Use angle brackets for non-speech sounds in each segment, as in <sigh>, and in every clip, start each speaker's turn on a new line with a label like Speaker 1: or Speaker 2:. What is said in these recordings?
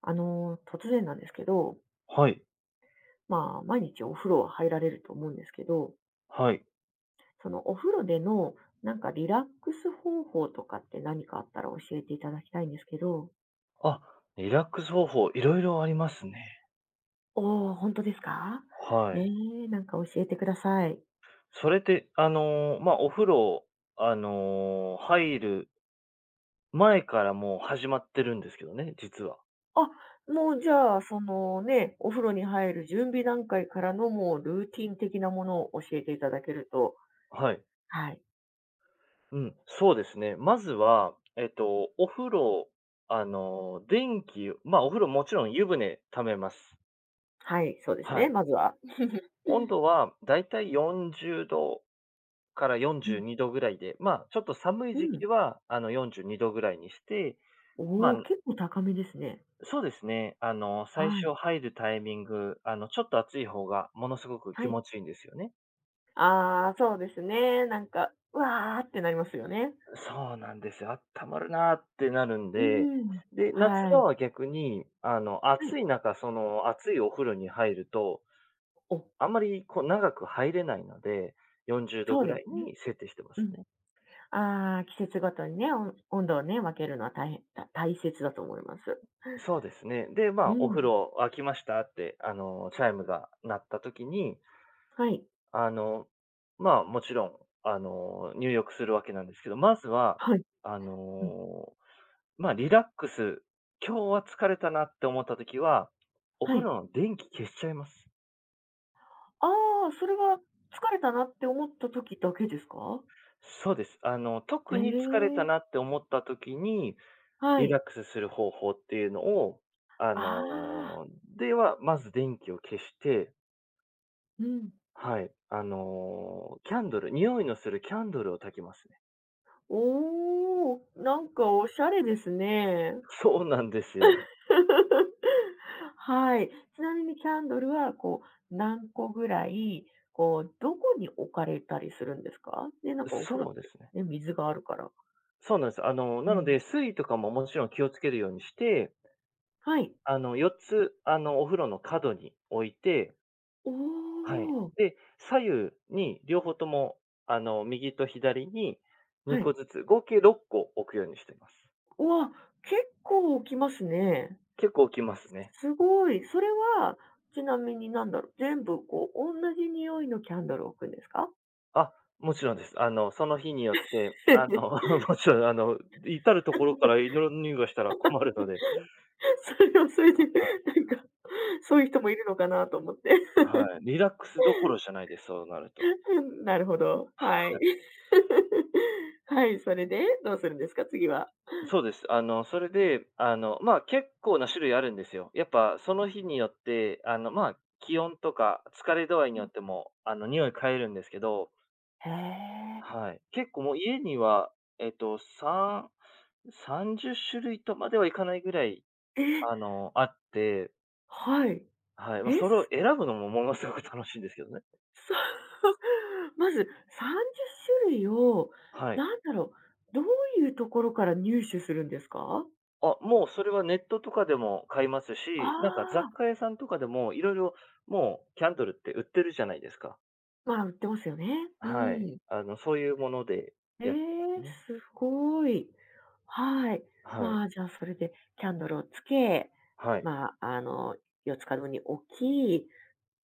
Speaker 1: 突然なんですけど、
Speaker 2: はい、
Speaker 1: まあ、毎日お風呂は入られると思うんですけど、
Speaker 2: はい。
Speaker 1: そのお風呂での、なんかリラックス方法とかって何かあったら教えていただきたいんですけど。
Speaker 2: あ、リラックス方法、いろいろありますね。
Speaker 1: おお、本当ですか？
Speaker 2: は
Speaker 1: ね
Speaker 2: い。
Speaker 1: え、なんか教えてください。
Speaker 2: それって、お風呂、入る前からもう始まってるんですけどね、実は。
Speaker 1: あ、もうじゃあ、そのね、お風呂に入る準備段階からのもうルーティン的なものを教えていただけると、
Speaker 2: はい。
Speaker 1: はい。
Speaker 2: うん、そうですね。まずは、お風呂、まあ、お風呂もちろん湯船溜めます。
Speaker 1: はい、そうです
Speaker 2: は
Speaker 1: ね、
Speaker 2: い。
Speaker 1: まずは。う
Speaker 2: 温
Speaker 1: ん。
Speaker 2: 度はだいたい40度から
Speaker 1: う
Speaker 2: 42度ぐらいで、まあ、ちょっと寒い
Speaker 1: ん、
Speaker 2: 時
Speaker 1: うん。
Speaker 2: 期は、42度ぐらいにして、ま
Speaker 1: おお、
Speaker 2: あ
Speaker 1: 結構高めですね。
Speaker 2: そうですね。最
Speaker 1: はい、
Speaker 2: 初入るタイミング、ちょっと暑い方がものすごく
Speaker 1: は
Speaker 2: 気
Speaker 1: い。
Speaker 2: 持ちいいんですよね。
Speaker 1: ああ、そうですね。なんか、うわあってなりますよね。
Speaker 2: そうなんですよ。あったまるなーってなるん
Speaker 1: う
Speaker 2: で、
Speaker 1: ん。
Speaker 2: で、夏
Speaker 1: は
Speaker 2: 場
Speaker 1: い。
Speaker 2: は逆に、
Speaker 1: はい。
Speaker 2: 暑い中、暑いお風呂に入ると、
Speaker 1: お、
Speaker 2: あんまりこう長く入れないので、40度
Speaker 1: そう
Speaker 2: ぐら
Speaker 1: で
Speaker 2: い
Speaker 1: すね。
Speaker 2: に設定してま
Speaker 1: う
Speaker 2: す
Speaker 1: ん。
Speaker 2: ね。
Speaker 1: ああ、季節ごとにね、温度をね、分けるのは大変た大切だと思います。
Speaker 2: そうですね。で、ま
Speaker 1: う
Speaker 2: あ、お風
Speaker 1: ん。
Speaker 2: 呂沸きましたって、チャイムが鳴った時に、
Speaker 1: はい。
Speaker 2: あの、まあ、もちろん、入浴するわけなんですけど、まずは、
Speaker 1: はい。
Speaker 2: あ
Speaker 1: うん。
Speaker 2: の、リラックス、今日は疲れたなって思った時は、お
Speaker 1: は
Speaker 2: 風
Speaker 1: い。
Speaker 2: 呂の電気消しちゃいます。
Speaker 1: ああ、それは疲れたなって思った時だけですか？
Speaker 2: そうです。
Speaker 1: へ
Speaker 2: 特に疲れた
Speaker 1: え。
Speaker 2: なって思った時に、
Speaker 1: は
Speaker 2: リラ
Speaker 1: い。
Speaker 2: ックスする方法っていうのを、あ
Speaker 1: ああ、
Speaker 2: の、では、まず電気を消して、
Speaker 1: うん。
Speaker 2: はい、あの、キャンドル、匂いのするキャンドルを焚きますね。
Speaker 1: おお、なんかおしゃれですね。
Speaker 2: そうなんですよ。
Speaker 1: <laughs> はい。ちなみにキャンドルは、こう、何個ぐらい、こう、どこに置かれたりするんですか？ね、なんかお風呂っ
Speaker 2: そうで
Speaker 1: て、
Speaker 2: すね。
Speaker 1: ね、水があるから。
Speaker 2: そうなんです。
Speaker 1: う
Speaker 2: なの
Speaker 1: ん。
Speaker 2: で、水位とかももちろん気をつけるようにして、
Speaker 1: はい。
Speaker 2: 4つ、お風呂の角に置いて、
Speaker 1: お
Speaker 2: はい。
Speaker 1: お、
Speaker 2: で、左右に両方とも、右と左に2
Speaker 1: は
Speaker 2: 個
Speaker 1: い。
Speaker 2: ずつ、合計6個置くようにしています。
Speaker 1: うわ、結構置きますね。
Speaker 2: 結構置きますね。
Speaker 1: すごい。それは、ちなみになんだろう、全部こう、同じ匂いのキャンドルを置くんですか？
Speaker 2: あ、もちろんです。その日によって、
Speaker 1: <laughs> それ
Speaker 2: <laughs> もちろん、至るところから祈りがしたら困るので、
Speaker 1: はそれで、なんか、そういう人もいるのかなと思って。
Speaker 2: はい。はい。リラックスどころじゃないです、そうなると。
Speaker 1: <laughs> うん、なるほど。はい。<laughs> はい、それで、どうするんですか？次は。
Speaker 2: そうです。あの、それで、あの、まあ、結構な種類あるんですよ。やっぱその日によって、まあ、気温とか疲れ度合いに
Speaker 1: う
Speaker 2: よ
Speaker 1: ん。
Speaker 2: っても、匂い変えるんですけど、
Speaker 1: へえ。
Speaker 2: はい。結構もう家には、えっと、3、30種類とまではいかないぐらい、
Speaker 1: え
Speaker 2: あって、
Speaker 1: はい。
Speaker 2: はい。まあ、
Speaker 1: え、
Speaker 2: それを選ぶのもものすごく楽しいんですけどね。
Speaker 1: そ <laughs> まず30種類を、
Speaker 2: はい。
Speaker 1: なんだろう、どういうところから入手するんですか？
Speaker 2: もうそれはネットとかでも買います
Speaker 1: あ
Speaker 2: し、なんか雑
Speaker 1: あ、
Speaker 2: 貨屋さんとかでもいろいろもうキャンドルって売ってるじゃないですか。
Speaker 1: まあ、売ってますよね。う
Speaker 2: はい。
Speaker 1: ん。
Speaker 2: そういうもので
Speaker 1: え
Speaker 2: やってます
Speaker 1: え、
Speaker 2: ね。
Speaker 1: すごい。はい。
Speaker 2: はい。
Speaker 1: まあ、じゃあ、それでキャンドルをつけ、
Speaker 2: はい。
Speaker 1: まあ、あの、四つ角に置き、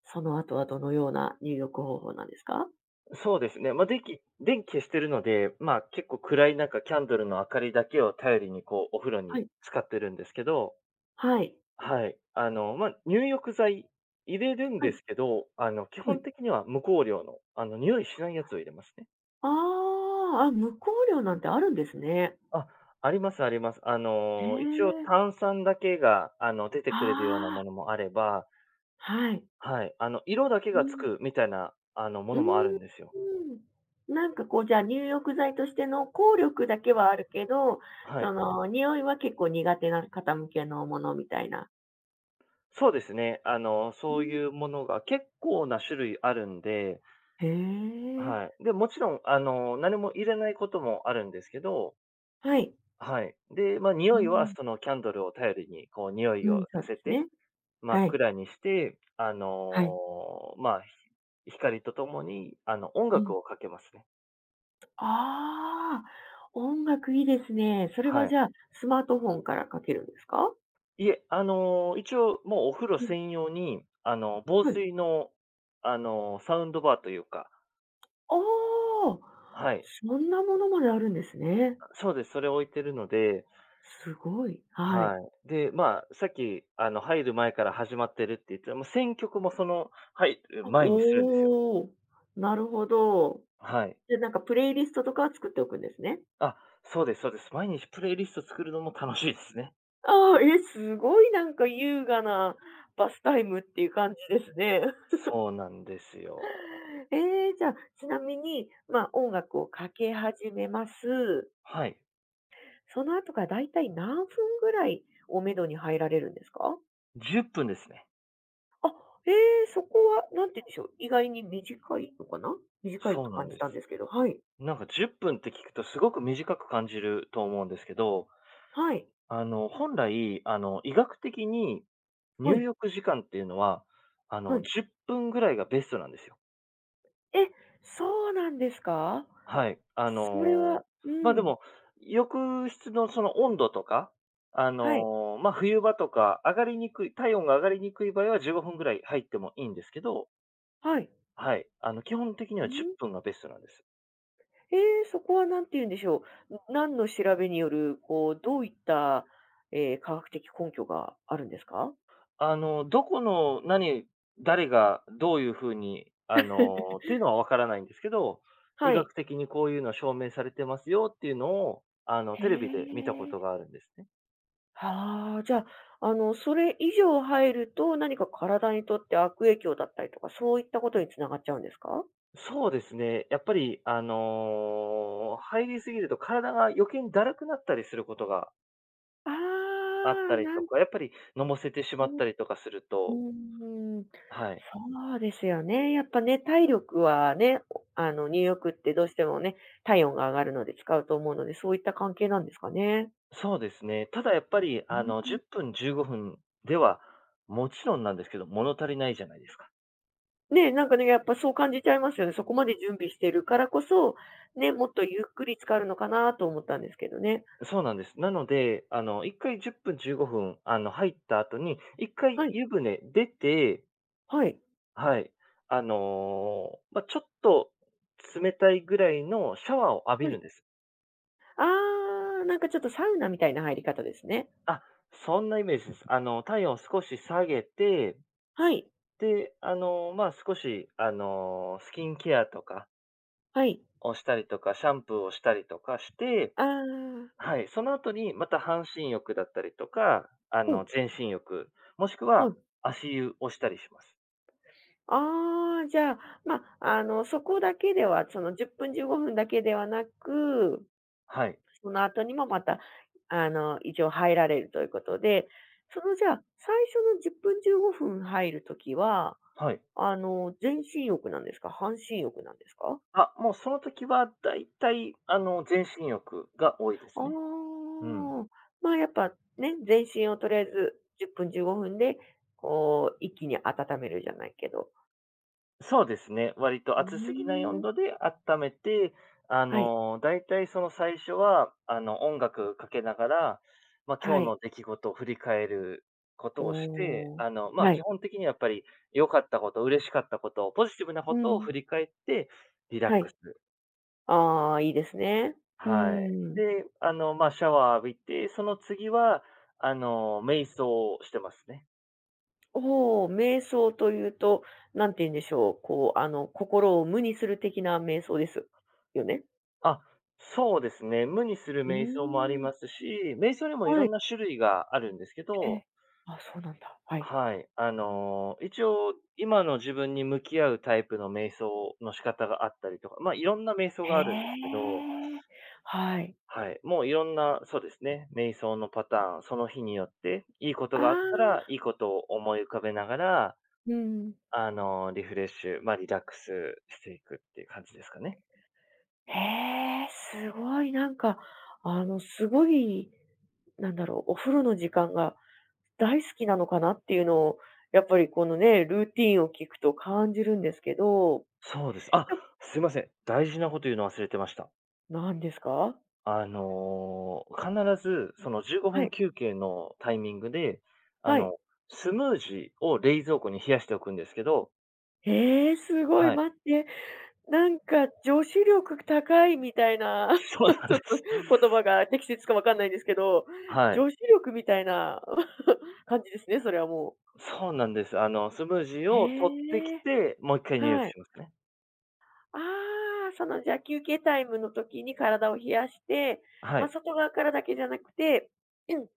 Speaker 1: その後はどのような入浴方法なんですか？
Speaker 2: そうですね。まあ、電気消してるので、まあ、結構暗い中、キャンドルの明かりだけを頼りに、こう、お風呂
Speaker 1: は
Speaker 2: に
Speaker 1: い。
Speaker 2: 使ってるんですけど、
Speaker 1: はい。
Speaker 2: はい。まあ、入浴剤入れるん
Speaker 1: は
Speaker 2: で
Speaker 1: い。
Speaker 2: すけど、基
Speaker 1: はい。
Speaker 2: 本的には無香料の、匂いしないやつを入れますね。
Speaker 1: ああ、あ、無香料なんてあるんですね。
Speaker 2: あ、ありますあります。
Speaker 1: へ
Speaker 2: 一応
Speaker 1: え。
Speaker 2: 炭酸だけが、出てくれるような
Speaker 1: あ
Speaker 2: も
Speaker 1: あ、
Speaker 2: のもあれば、
Speaker 1: はい。
Speaker 2: はい、色だけ
Speaker 1: う
Speaker 2: がつ
Speaker 1: ん。
Speaker 2: くみたいな、も
Speaker 1: うー
Speaker 2: のもあるんですよ。
Speaker 1: ん。なんかこう、じゃあ、入浴剤としての効力だけはあるけど、
Speaker 2: は
Speaker 1: そ
Speaker 2: い。
Speaker 1: の、匂いは結構苦手な方向けのものみたいな。
Speaker 2: そうですね。
Speaker 1: う
Speaker 2: そう
Speaker 1: ん。
Speaker 2: いうものが結構な種類あるんで、
Speaker 1: へえ、
Speaker 2: はい。で、もちろん、何も入れないこともあるんですけど、
Speaker 1: はい。
Speaker 2: はい。で、まあ、
Speaker 1: う
Speaker 2: 匂いは
Speaker 1: ん。
Speaker 2: そのキャンドルを頼りに、こう、匂い
Speaker 1: う
Speaker 2: を
Speaker 1: ん、そう
Speaker 2: さ
Speaker 1: で
Speaker 2: せ
Speaker 1: す
Speaker 2: て、
Speaker 1: ね。
Speaker 2: 真っ
Speaker 1: はい。
Speaker 2: 暗にして、
Speaker 1: はい。
Speaker 2: まあ、ひ光とともに、音
Speaker 1: うん。
Speaker 2: 楽をかけますね。
Speaker 1: ああ、音楽いいですね。それは
Speaker 2: はい。
Speaker 1: じゃあ、スマートフォンからかけるんですか？
Speaker 2: いえ、一応、もうお風呂
Speaker 1: うん。
Speaker 2: 専用に、防
Speaker 1: はい。
Speaker 2: 水の、サウンドバーというか、
Speaker 1: ああ、
Speaker 2: はい。
Speaker 1: そんなものまであるんですね。
Speaker 2: そうです。それ置いてるので、
Speaker 1: すごい。はい。
Speaker 2: はい。で、まあ、さっき、入る前から始まってるって言って、もう選曲もその、入る前にするんですよ。
Speaker 1: おお、なるほど。
Speaker 2: はい。
Speaker 1: で、なんかプレイリストとかは作っておくんですね。
Speaker 2: あ、そうですそうです。毎日プレイリスト作るのも楽しいですね。
Speaker 1: ああ、え、すごいなんか優雅なバスタイムっていう感じですね。
Speaker 2: そうなんですよ。
Speaker 1: <laughs> えーじゃあ、ちなみに、まあ、音楽をかけ始めます。
Speaker 2: はい。
Speaker 1: その後からだいたい何分ぐらいをめどに入られるんですか？
Speaker 2: 10分ですね。
Speaker 1: あ、ええ、そこはなんて言うんでしょう、意外に短いのかな？短い
Speaker 2: そう
Speaker 1: と
Speaker 2: な
Speaker 1: 感
Speaker 2: ん
Speaker 1: じ
Speaker 2: です。
Speaker 1: たんですけど、はい。
Speaker 2: なんか10分っぷんって聞くとすごく短く感じると思うんですけど、
Speaker 1: はい。
Speaker 2: 本来、医学的に
Speaker 1: は
Speaker 2: 入
Speaker 1: い。
Speaker 2: 浴時間っていうのは、
Speaker 1: はい。
Speaker 2: 10分ぐらいがベストなんですよ。
Speaker 1: え、そうなんですか？
Speaker 2: はい。
Speaker 1: それは、う
Speaker 2: で
Speaker 1: ん。
Speaker 2: も、浴室のその温度とか、
Speaker 1: はい。
Speaker 2: ま、冬場とか上がりにくい体温が上がりにくい場合は15分ぐらい入ってもいいんですけど、
Speaker 1: はい。
Speaker 2: はい、基本的に
Speaker 1: う
Speaker 2: は10
Speaker 1: ん。
Speaker 2: 分がベストなんです。
Speaker 1: ええ、そこはなんて言うんでしょう、ん、何の調べによる、こう、どういった、ええ、科学的根拠があるんですか？
Speaker 2: どこの誰がどういう風に、っていうのはわからないんですけど、医
Speaker 1: はい。
Speaker 2: 学的にこういうの証明されてますよっていうのを、
Speaker 1: へ
Speaker 2: テレビで見たこ
Speaker 1: え。
Speaker 2: とがあるんですね。
Speaker 1: はあ、じゃあ、あの、それ以上入ると、何か体にとって悪影響だったりとか、そういったことに繋がっちゃうんですか？
Speaker 2: そうですね。やっぱり、入りすぎると体が余計にだるくなったりすることが
Speaker 1: あ
Speaker 2: あっ
Speaker 1: あ、
Speaker 2: たり
Speaker 1: な
Speaker 2: と
Speaker 1: ん、
Speaker 2: か、やっぱり飲ませてしまったりとかする
Speaker 1: う
Speaker 2: と
Speaker 1: ん、うん、
Speaker 2: はい。
Speaker 1: そうですよね。やっぱね、体力はね、お、あの、入浴ってどうしてもね、体温が上がるので使うと思うので、そういった関係なんですかね。
Speaker 2: そうですね。ただやっぱり、
Speaker 1: うん。
Speaker 2: 10分、15分では、もちろんなんですけど、物足りないじゃないですか。
Speaker 1: ね、なんかね、やっぱそう感じちゃいますよね。そこまで準備してるからこそ、ね、もっとゆっくり使うのかなと思ったんですけどね。
Speaker 2: そうなんです。なので、1回10分、15分、入った後に、1
Speaker 1: は
Speaker 2: 回
Speaker 1: い、
Speaker 2: 湯船出て
Speaker 1: はい、
Speaker 2: はい。まあ、ちょっと冷たいぐらいのシャワーを浴び
Speaker 1: は
Speaker 2: る
Speaker 1: い。
Speaker 2: んです。
Speaker 1: ああ、なんかちょっとサウナみたいな入り方ですね。
Speaker 2: あ、そんなイメージです。体温を少し下げて、
Speaker 1: はい、
Speaker 2: で、まあ、少し、スキンケアとか
Speaker 1: はい。
Speaker 2: をしたりとか、シャンプーをしたりとかして、
Speaker 1: ああ、
Speaker 2: はい、その後にまた半身浴だったりとか、
Speaker 1: うん、
Speaker 2: 全身浴、もしく
Speaker 1: は
Speaker 2: は
Speaker 1: い。
Speaker 2: 足湯をしたりします。
Speaker 1: ああ、じゃあ、まあ、あの、そこだけでは、その10分、15分だけではなく、
Speaker 2: はい。
Speaker 1: その後にもまた、あの、一応入られるということで、そのじゃあ、最初の10分、15分入るときは、
Speaker 2: はい。
Speaker 1: あの、全身浴なんですか？半身浴なんですか？
Speaker 2: もうその時はだいたい、全身浴が多いで
Speaker 1: あ
Speaker 2: すね。うん。
Speaker 1: あ、まあ、やっぱね、全身をとりあえず10分、15分で、こう、一気に温めるじゃないけど。
Speaker 2: そうですね。割と
Speaker 1: う
Speaker 2: 暑すぎない
Speaker 1: ー
Speaker 2: 温
Speaker 1: ん。
Speaker 2: 度で温めて、
Speaker 1: はい、
Speaker 2: だいたいその最初は、音楽かけながら、まあ、今
Speaker 1: は
Speaker 2: 日
Speaker 1: い。
Speaker 2: の出来事を振り返ることをして、
Speaker 1: おー
Speaker 2: まあ、
Speaker 1: は
Speaker 2: 基
Speaker 1: い。
Speaker 2: 本的にやっぱり良かったこと、嬉しかったこと、ポジティブなこ
Speaker 1: う
Speaker 2: とを
Speaker 1: ん、
Speaker 2: 振り返って、リラッ
Speaker 1: は
Speaker 2: ク
Speaker 1: い。
Speaker 2: ス
Speaker 1: ああ、いいですね。う
Speaker 2: はい。
Speaker 1: ーん。
Speaker 2: で、まあ、シャワー浴びて、その次は、瞑想をしてますね。
Speaker 1: おお、瞑想というと、なんて言うんでしょう、こう、あの、心を無にする的な瞑想ですよね？
Speaker 2: あ、そうですね。無にする
Speaker 1: うー
Speaker 2: 瞑想もあり
Speaker 1: ん、
Speaker 2: ますし、瞑想にもい
Speaker 1: は
Speaker 2: ろ
Speaker 1: い、
Speaker 2: んな種類があるんですけ
Speaker 1: え
Speaker 2: ど、
Speaker 1: え。あ、そうなんだ。はい。
Speaker 2: はい。一応、今の自分に向き合うタイプの瞑想の仕方があったりとか、まあ、いろんな瞑想
Speaker 1: へ
Speaker 2: があるんですけど、
Speaker 1: え、はい。
Speaker 2: はい。もういろんな、そうですね。瞑想のパターン、その日によって、いいこと
Speaker 1: あ
Speaker 2: があった
Speaker 1: あ。
Speaker 2: ら、いいことを思い浮かべながら、
Speaker 1: うん。
Speaker 2: あの、リフレッシュ、まあ、リラックスしていくっていう感じですかね。
Speaker 1: へえ、すごいなんか、あの、すごい、なんだろう、お風呂の時間が大好きなのかなっていうのを、やっぱりこのね、ルーティーンを聞くと感じるんですけど、
Speaker 2: そうです。
Speaker 1: や、
Speaker 2: すいません。大事なこと言うの忘れてました。
Speaker 1: なんですか？
Speaker 2: 必ずその15
Speaker 1: は
Speaker 2: 分
Speaker 1: い、
Speaker 2: 休憩のタイミングで、あ
Speaker 1: はい。
Speaker 2: の、スムージーを冷蔵庫に冷やしておくんですけど
Speaker 1: へえ、すごい、
Speaker 2: はい。
Speaker 1: 待って、なんか女子力高いみたいな、
Speaker 2: <laughs>
Speaker 1: <laughs>
Speaker 2: そう
Speaker 1: ち
Speaker 2: なん
Speaker 1: ょ
Speaker 2: で
Speaker 1: っと
Speaker 2: す。
Speaker 1: 言葉が適切かわかんないんですけど、
Speaker 2: はい。
Speaker 1: 女子力みたいな <laughs> 感じですね、それはもう。
Speaker 2: そうなんです。スムージー
Speaker 1: へ
Speaker 2: を取ってき
Speaker 1: え、
Speaker 2: て、もう1回入浴
Speaker 1: はい。
Speaker 2: しますね。
Speaker 1: ああ、その、じゃ、休憩タイムの時に体を冷やして、
Speaker 2: は
Speaker 1: まあ、
Speaker 2: い。
Speaker 1: 外側からだけじゃなくて、うん、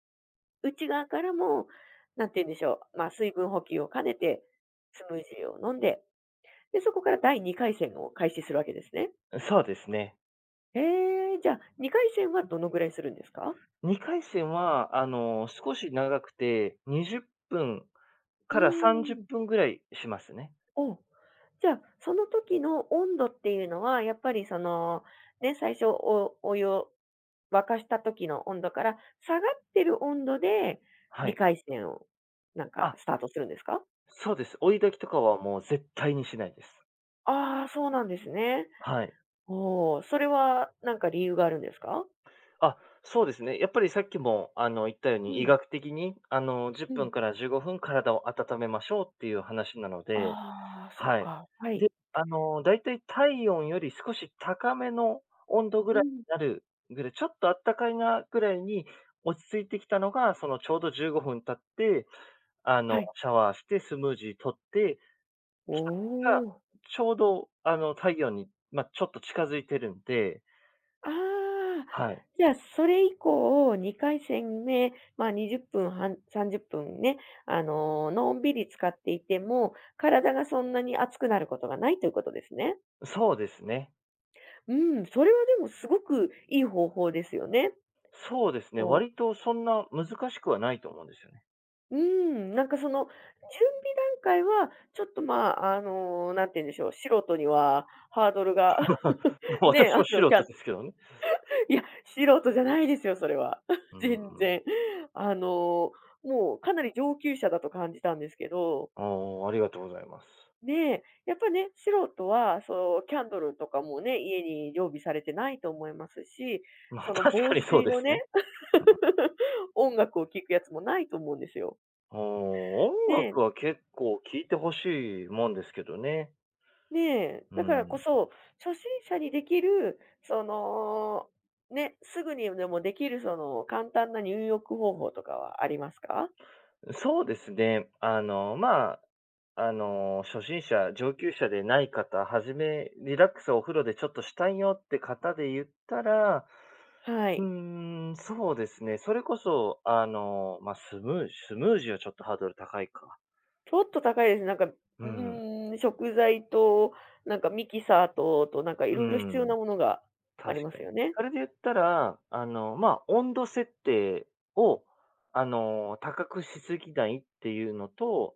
Speaker 1: 内側からも、何て言うんでしょう、まあ、水分補給を兼ねて、スムージーを飲んで、で、そこから第2回戦を開始するわけですね。
Speaker 2: そうですね。
Speaker 1: へえ、じゃあ、2回戦はどのぐらいするんですか？
Speaker 2: 2回戦は、少し長くて、20分
Speaker 1: う
Speaker 2: から
Speaker 1: ー
Speaker 2: 30
Speaker 1: ん。
Speaker 2: 分ぐらいしますね。
Speaker 1: お、じゃあ、その時の温度っていうのは、やっぱりその、ね、最初お、お湯を沸かした時の温度から、下がってる温度で
Speaker 2: はい。
Speaker 1: 2回戦を、なんか
Speaker 2: あ、
Speaker 1: スタートするんですか？
Speaker 2: そうです。追い焚きとかはもう絶対にしないです。
Speaker 1: ああー、そうなんですね。
Speaker 2: はい。
Speaker 1: おお、それはなんか理由があるんですか？
Speaker 2: あ、そうですね。やっぱりさっきも、言ったよう
Speaker 1: う
Speaker 2: に、医
Speaker 1: ん、
Speaker 2: 学的に、10
Speaker 1: うん。
Speaker 2: 分から15分体を温めましょうっていう話なので、
Speaker 1: ああ、そっ
Speaker 2: はい。
Speaker 1: か。は
Speaker 2: で、
Speaker 1: い。
Speaker 2: だいたい体温より少し高めの温度ぐ
Speaker 1: う
Speaker 2: らい
Speaker 1: ん。
Speaker 2: になるぐらい、ちょっとあったかいなぐらいに落ち着いてきたのが、そのちょうど15分経って、
Speaker 1: はい。
Speaker 2: シャワーしてスムージー取って
Speaker 1: お
Speaker 2: きた時が、
Speaker 1: お。
Speaker 2: ちょうど、太陽に、まあ、ちょっと近づいてるんで、
Speaker 1: ああ、
Speaker 2: はい。
Speaker 1: じゃあ、それ以降、2回戦目、まあ、20分、はん30分ね、あの、のんびり使っていても、体がそんなに熱くなることがないということですね。
Speaker 2: そうですね。
Speaker 1: うん、それはでもすごくいい方法ですよね。
Speaker 2: そうですね、
Speaker 1: こう、
Speaker 2: 割とそんな難しくはないと思うんですよね。
Speaker 1: うん、なんかその、準備段階はちょっと、まあ、あの、んて言うんでしょう、素人にはハードルが
Speaker 2: <laughs> も
Speaker 1: <laughs>
Speaker 2: う
Speaker 1: ね、
Speaker 2: 私
Speaker 1: あ
Speaker 2: は素
Speaker 1: の、キ
Speaker 2: 人
Speaker 1: ャ、
Speaker 2: ですけどね。
Speaker 1: いや、素人じゃないですよ、それは。
Speaker 2: う
Speaker 1: <laughs>
Speaker 2: ん。
Speaker 1: 全然。あの、もうかなり上級者だと感じたんですけど、
Speaker 2: ああ、ありがとうございます。
Speaker 1: ねえ、やっぱね、素人は、そう、キャンドルとかもね、家に常備されてないと思いますし、
Speaker 2: <laughs> まあ、
Speaker 1: その
Speaker 2: 確か
Speaker 1: 防
Speaker 2: にそう
Speaker 1: 水
Speaker 2: で
Speaker 1: の
Speaker 2: すね。
Speaker 1: ね、<laughs> 音楽を聴くやつもないと思うんですよ。
Speaker 2: うん。ー
Speaker 1: ね
Speaker 2: 音
Speaker 1: え、
Speaker 2: 楽は結構聴いてほしいもんですけどね。
Speaker 1: ねえ、
Speaker 2: う
Speaker 1: だからこ
Speaker 2: ん。
Speaker 1: そ、初心者にできる、その、ね、すぐにでもできる、その、簡単な入浴方法とかはありますか？
Speaker 2: そうですね、初心者、上級者でない方、はじめリラックスをお風呂でちょっとしたいよって方で言ったら、
Speaker 1: はい。
Speaker 2: そうですね。それこそ、まあ、スムージーはちょっとハードル高いか。
Speaker 1: ちょっと高いです。なんか、う
Speaker 2: うん、う
Speaker 1: ーん、食材と、なんかミキサーと、と、なんかいろいろ必要
Speaker 2: ん、
Speaker 1: なものがあ
Speaker 2: 確
Speaker 1: りま
Speaker 2: か
Speaker 1: す
Speaker 2: に。
Speaker 1: よね。
Speaker 2: それで言ったら、まあ、温度設定を、高くしすぎないっていうのと、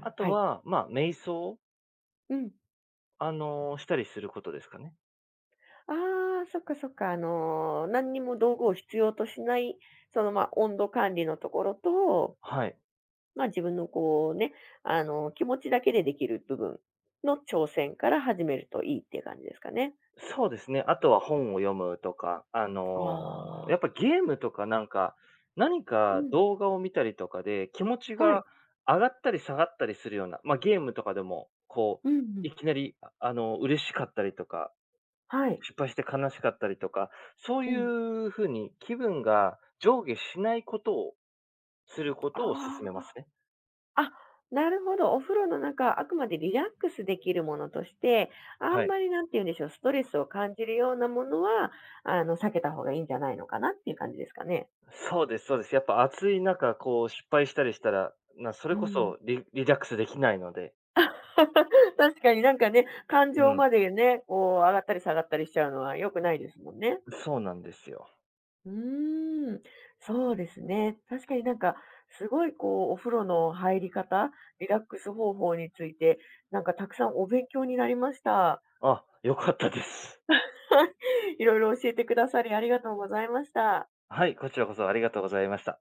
Speaker 2: あ
Speaker 1: あ、は
Speaker 2: と
Speaker 1: い。
Speaker 2: は、まあ、瞑想、
Speaker 1: うん。
Speaker 2: したりすることですかね。
Speaker 1: ああ、そっかそっか。あの、何にも道具を必要としない、その、ま、温度管理のところと、
Speaker 2: はい。
Speaker 1: ま、自分のこうね、あの、気持ちだけでできる部分の挑戦から始めるといいっていう感じですかね。
Speaker 2: そうですね。あとは本を読むとか、
Speaker 1: あ
Speaker 2: やっ
Speaker 1: あ。
Speaker 2: ぱゲームとかなんか、何
Speaker 1: う
Speaker 2: か
Speaker 1: ん、
Speaker 2: 動画を見たりとかで気持ち
Speaker 1: はい。
Speaker 2: が上がったり下がったりするような、ま、ゲームとかでも、こう、
Speaker 1: うんうん。
Speaker 2: いきなり、嬉しかったりとか、
Speaker 1: はい。
Speaker 2: 失敗して悲しかったりとか、そう
Speaker 1: うん。
Speaker 2: いう風に気分が上下しないことをすることを
Speaker 1: あ
Speaker 2: 勧めま
Speaker 1: あ。
Speaker 2: すね。
Speaker 1: あ、なるほど。お風呂の中、あくまでリラックスできるものとして、あん
Speaker 2: はい。
Speaker 1: まりなんて言うんでしょう、ストレスを感じるようなものは、あの、避けた方がいいんじゃないのかなっていう感じですかね？
Speaker 2: そうですそうです。やっぱ暑い中、こう、失敗したりしたら、な、そ
Speaker 1: う
Speaker 2: れこ
Speaker 1: ん。
Speaker 2: そリラックスできないので。
Speaker 1: <laughs> 確かになんかね、感
Speaker 2: う
Speaker 1: 情
Speaker 2: ん。
Speaker 1: までね、こう上がったり下がったりしちゃうのは良くないですもんね。
Speaker 2: そうなんですよ。
Speaker 1: うーん、そうですね。確かになんか、すごいこうお風呂の入り方、リラックス方法について、なんかたくさんお勉強になりました。
Speaker 2: 良かったです。
Speaker 1: <laughs> いろいろ教えてくださりありがとうございました。
Speaker 2: はい、こちらこそありがとうございました。